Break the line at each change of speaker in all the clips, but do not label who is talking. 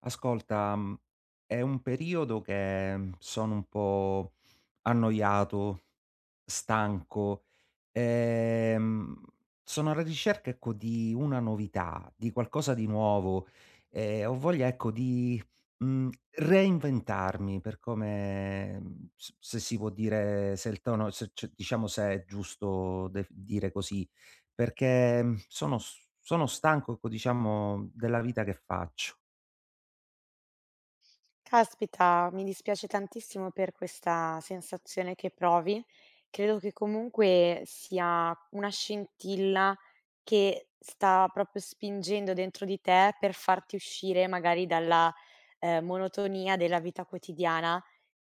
Ascolta, è un periodo che sono un po' annoiato, stanco, ehm, sono alla ricerca, ecco, di una novità, di qualcosa di nuovo. Ho voglia, ecco, di reinventarmi, per come, s se si può dire, se il tono, se c diciamo, se è giusto def dire così, perché, sono stanco, ecco, diciamo, della vita che faccio.
Caspita, mi dispiace tantissimo per questa sensazione che provi. Credo che comunque sia una scintilla che sta proprio spingendo dentro di te per farti uscire magari dalla monotonia della vita quotidiana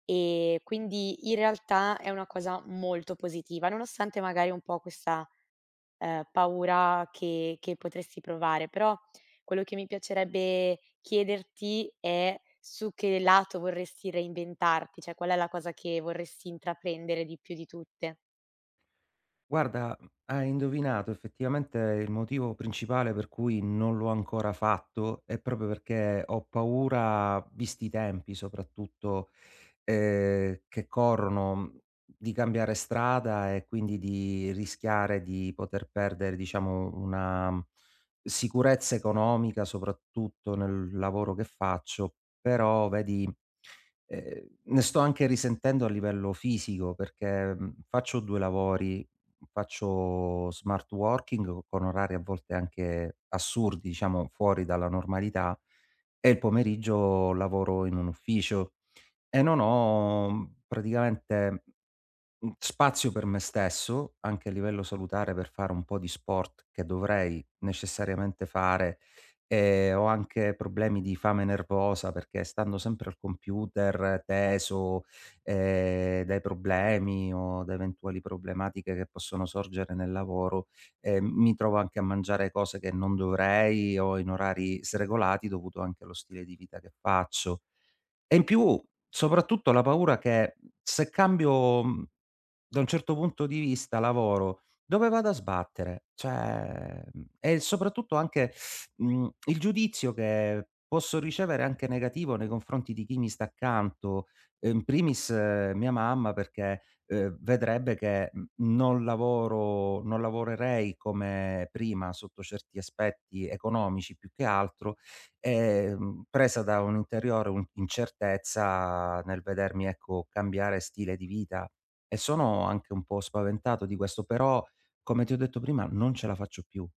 e quindi in realtà è una cosa molto positiva, nonostante magari un po' questa paura che potresti provare. Però quello che mi piacerebbe chiederti è su che lato vorresti reinventarti, cioè qual è la cosa che vorresti intraprendere di più di tutte?
Guarda, hai indovinato. Effettivamente il motivo principale per cui non l'ho ancora fatto è proprio perché ho paura, visti i tempi soprattutto, che corrono, di cambiare strada e quindi di rischiare di poter perdere, diciamo, una sicurezza economica, soprattutto nel lavoro che faccio. Però vedi, ne sto anche risentendo a livello fisico perché, faccio 2 lavori. Faccio smart working con orari a volte anche assurdi, diciamo fuori dalla normalità, e il pomeriggio lavoro in un ufficio, e non ho praticamente spazio per me stesso, anche a livello salutare, per fare un po' di sport che dovrei necessariamente fare. Ho anche problemi di fame nervosa perché, stando sempre al computer teso, dai problemi o da eventuali problematiche che possono sorgere nel lavoro, mi trovo anche a mangiare cose che non dovrei o in orari sregolati, dovuto anche allo stile di vita che faccio. E in più, soprattutto la paura che, se cambio, mhmm da un certo punto di vista, lavoro, dove vado a sbattere? Cioè, e soprattutto anche, il giudizio che posso ricevere anche negativo nei confronti di chi mi sta accanto, in primis mia mamma, perché, vedrebbe che, non lavorerei come prima sotto certi aspetti economici più che altro, presa da un incertezza nel vedermi, ecco, cambiare stile di vita. E sono anche un po' spaventato di questo, però, come ti ho detto prima, non ce la faccio più.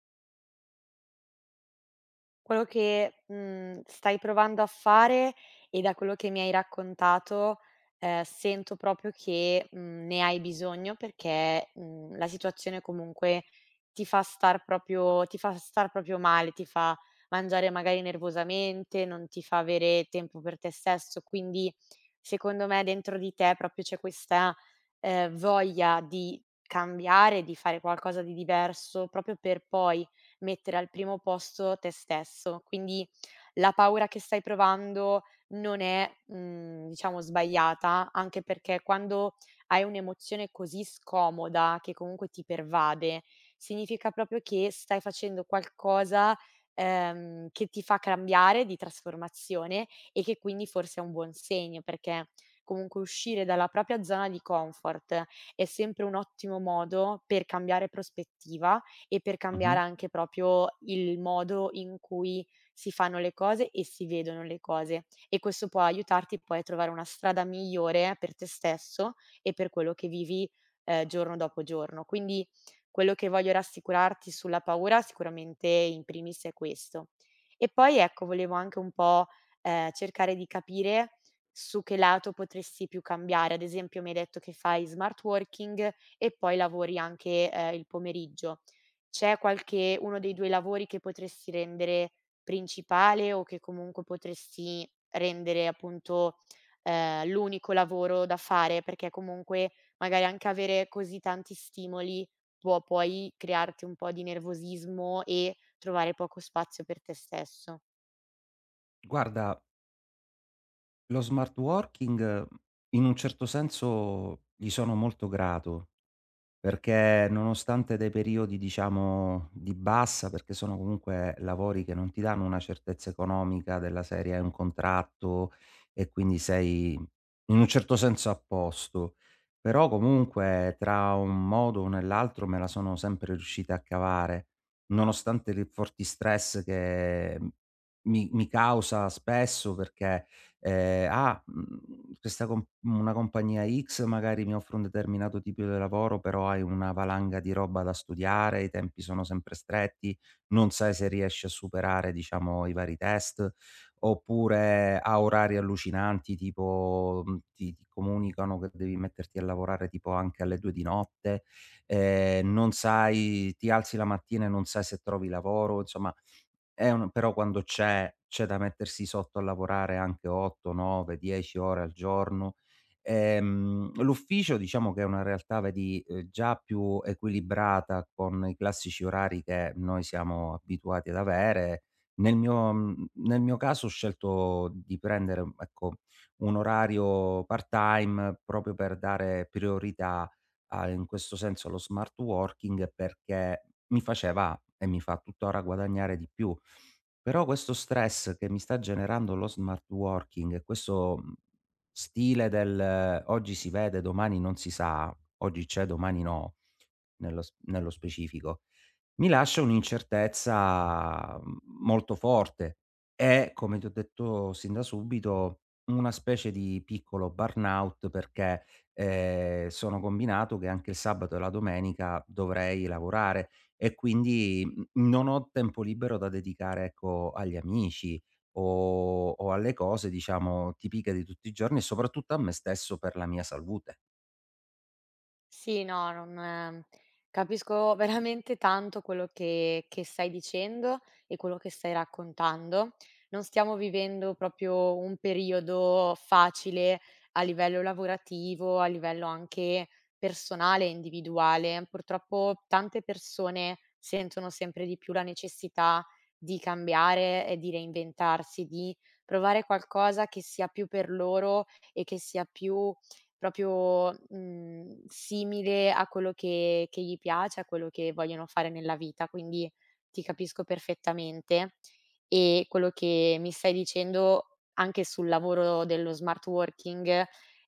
Quello che, stai provando a fare e da quello che mi hai raccontato, sento proprio che, ne hai bisogno perché, la situazione comunque ti fa star proprio male, ti fa mangiare magari nervosamente, non ti fa avere tempo per te stesso, quindi secondo me dentro di te proprio c'è questa, voglia di cambiare, di fare qualcosa di diverso, proprio per poi mettere al primo posto te stesso. Quindi la paura che stai provando non è, diciamo sbagliata, anche perché quando hai un'emozione così scomoda, che comunque ti pervade, significa proprio che stai facendo qualcosa, che ti fa cambiare di trasformazione e che quindi forse è un buon segno, perché comunque uscire dalla propria zona di comfort è sempre un ottimo modo per cambiare prospettiva e per
Mh-mh.
cambiare anche proprio il modo in cui si fanno le cose e si vedono le cose. E questo può aiutarti poi a trovare una strada migliore per te stesso e per quello che vivi, giorno dopo giorno. Quindi quello che voglio rassicurarti sulla paura sicuramente in primis è questo. E poi ecco, volevo anche un po', cercare di capire su che lato potresti più cambiare. Ad esempio mi hai detto che fai smart working e poi lavori anche, il pomeriggio. C'è qualche uno dei 2 lavori che potresti rendere principale o che comunque potresti rendere appunto, l'unico lavoro da fare? Perché comunque magari anche avere così tanti stimoli può poi crearti un po' di nervosismo e trovare poco spazio per te stesso.
Guarda, lo smart working, in un certo senso gli sono molto grato. Perché nonostante dei periodi, diciamo, di bassa, perché sono comunque lavori che non ti danno una certezza economica, della serie hai un contratto e quindi sei in un certo senso a posto, però comunque tra un modo o nell'altro me la sono sempre riuscita a cavare, nonostante i forti stress che mi causa spesso, perché, "Ah, questa com una compagnia X magari mi offre un determinato tipo di lavoro, però hai una valanga di roba da studiare, i tempi sono sempre stretti, non sai se riesci a superare, diciamo, i vari test." Oppure ha orari allucinanti, tipo, ti comunicano che devi metterti a lavorare tipo anche alle 2 di notte. Non sai, ti alzi la mattina e non sai se trovi lavoro, insomma, un però quando c'è da mettersi sotto a lavorare anche 8, 9, 10 ore al giorno. L'ufficio, diciamo che è una realtà, vedi, già più equilibrata, con i classici orari che noi siamo abituati ad avere. Nel mio caso, ho scelto di prendere, ecco, un orario part-time, proprio per dare priorità, a in questo senso, allo smart working, perché mi faceva e mi fa tuttora guadagnare di più. Però questo stress che mi sta generando lo smart working, e questo, stile del: oggi si vede, domani non si sa, oggi c'è, domani no, nello specifico, mi lascia un'incertezza, molto forte, e, come ti ho detto sin da subito, una specie di piccolo burnout, perché, sono combinato che anche il sabato e la domenica dovrei lavorare, e quindi, non ho tempo libero da dedicare, ecco, agli amici o alle cose, diciamo, tipiche di tutti i giorni, e soprattutto a me stesso, per la mia salute.
Sì, no, non capisco veramente tanto quello che stai dicendo e quello che stai raccontando. Non stiamo vivendo proprio un periodo facile a livello lavorativo, a livello anche personale e individuale. Purtroppo tante persone sentono sempre di più la necessità di cambiare e di reinventarsi, di provare qualcosa che sia più per loro e che sia più proprio, simile a quello che gli piace, a quello che vogliono fare nella vita, quindi ti capisco perfettamente. E quello che mi stai dicendo anche sul lavoro dello smart working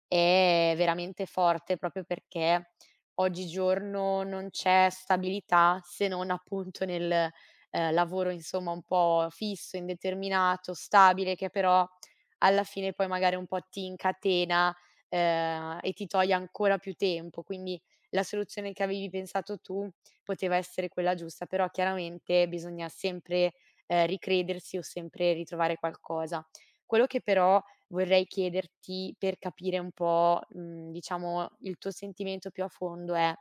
è veramente forte, proprio perché oggigiorno non c'è stabilità se non appunto nel, lavoro insomma un po' fisso, indeterminato, stabile, che però alla fine poi magari un po' ti incatena e ti toglie ancora più tempo. Quindi la soluzione che avevi pensato tu poteva essere quella giusta, però chiaramente bisogna sempre, ricredersi o sempre ritrovare qualcosa. Quello che però vorrei chiederti per capire un po', diciamo il tuo sentimento più a fondo è: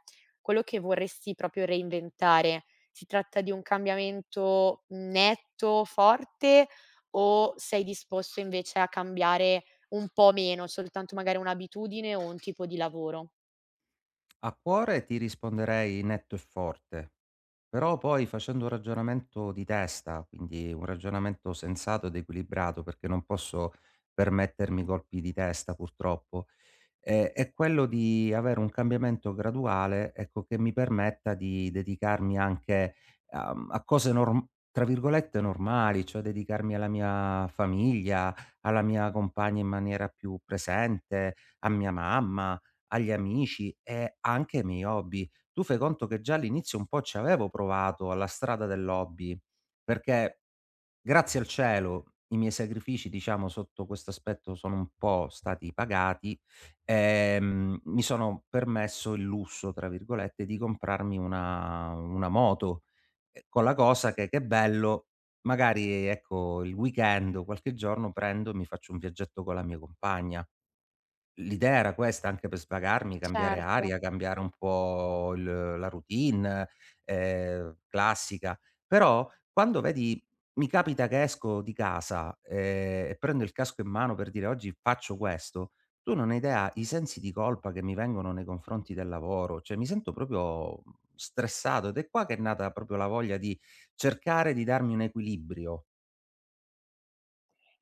quello che vorresti proprio reinventare, si tratta di un cambiamento netto, forte o sei disposto invece a cambiare un po' meno, soltanto magari un'abitudine o un tipo di lavoro.
A cuore ti risponderei netto e forte. Però poi, facendo un ragionamento di testa, quindi un ragionamento sensato ed equilibrato, perché non posso permettermi colpi di testa purtroppo, è quello di avere un cambiamento graduale, ecco, che mi permetta di dedicarmi anche, a cose norm tra virgolette "normali", cioè dedicarmi alla mia famiglia, alla mia compagna in maniera più presente, a mia mamma, agli amici e anche ai miei hobby. Tu fai conto che già all'inizio un po' ci avevo provato, alla strada dell'hobby, perché grazie al cielo i miei sacrifici, diciamo, sotto questo aspetto sono un po' stati pagati. Mi sono permesso il "lusso" tra virgolette di comprarmi una moto, con la cosa che bello, magari ecco il weekend o qualche giorno prendo e mi faccio un viaggetto con la mia compagna. L'idea era questa, anche per svagarmi, cambiare
Certo.
aria, cambiare un po' il la routine, classica. Però quando vedi, mi capita che esco di casa, e prendo il casco in mano per dire: "Oggi faccio questo", tu non hai idea i sensi di colpa che mi vengono nei confronti del lavoro, cioè mi sento proprio, stressato, ed è qua che è nata proprio la voglia di cercare di darmi un equilibrio.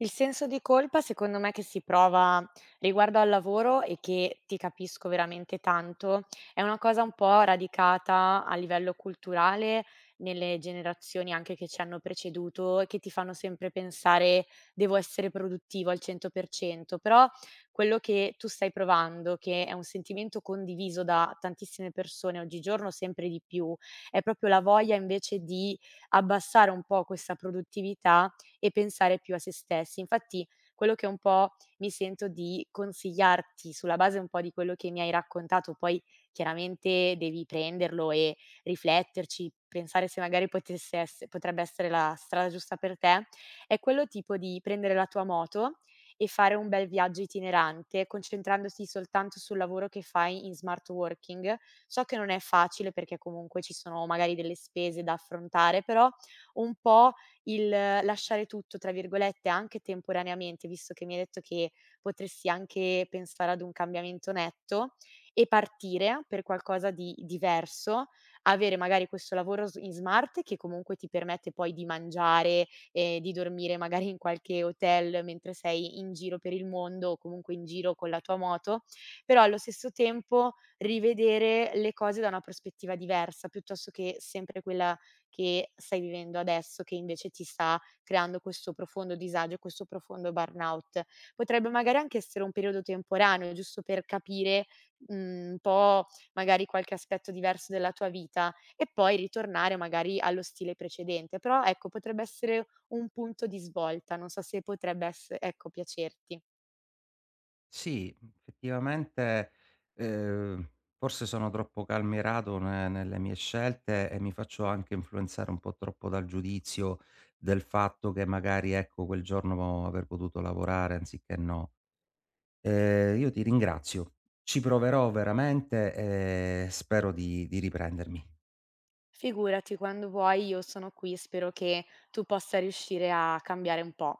Il senso di colpa secondo me che si prova riguardo al lavoro e che ti capisco veramente tanto, è una cosa un po' radicata a livello culturale nelle generazioni anche che ci hanno preceduto e che ti fanno sempre pensare devo essere produttivo al 100%, però quello che tu stai provando, che è un sentimento condiviso da tantissime persone oggigiorno sempre di più, è proprio la voglia invece di abbassare un po' questa produttività e pensare più a se stessi. Infatti, quello che un po' mi sento di consigliarti, sulla base un po' di quello che mi hai raccontato, poi chiaramente devi prenderlo e rifletterci, pensare se magari potesse ess potrebbe essere la strada giusta per te, è quello tipo di prendere la tua moto e fare un bel viaggio itinerante, concentrandosi soltanto sul lavoro che fai in smart working. So che non è facile perché comunque ci sono magari delle spese da affrontare, però un po' il lasciare tutto, tra virgolette, anche temporaneamente, visto che mi hai detto che potresti anche pensare ad un cambiamento netto e partire per qualcosa di diverso, avere magari questo lavoro s in smart che comunque ti permette poi di mangiare e di dormire magari in qualche hotel mentre sei in giro per il mondo o comunque in giro con la tua moto, però allo stesso tempo rivedere le cose da una prospettiva diversa, piuttosto che sempre quella che stai vivendo adesso, che invece ti sta creando questo profondo disagio, questo profondo burnout. Potrebbe magari anche essere un periodo temporaneo, giusto per capire, un po' magari qualche aspetto diverso della tua vita e poi ritornare magari allo stile precedente. Però ecco, potrebbe essere un punto di svolta, non so se potrebbe ess ecco, piacerti.
Sì, effettivamente, ehm, forse sono troppo calmierado ne nelle mie scelte e mi faccio anche influenzare un po' troppo dal giudizio, del fatto che magari, ecco, quel giorno aver potuto lavorare anziché no. Io ti ringrazio. Ci proverò veramente e spero di riprendermi.
Figurati, quando vuoi io sono qui e spero che tu possa riuscire a cambiare un po'.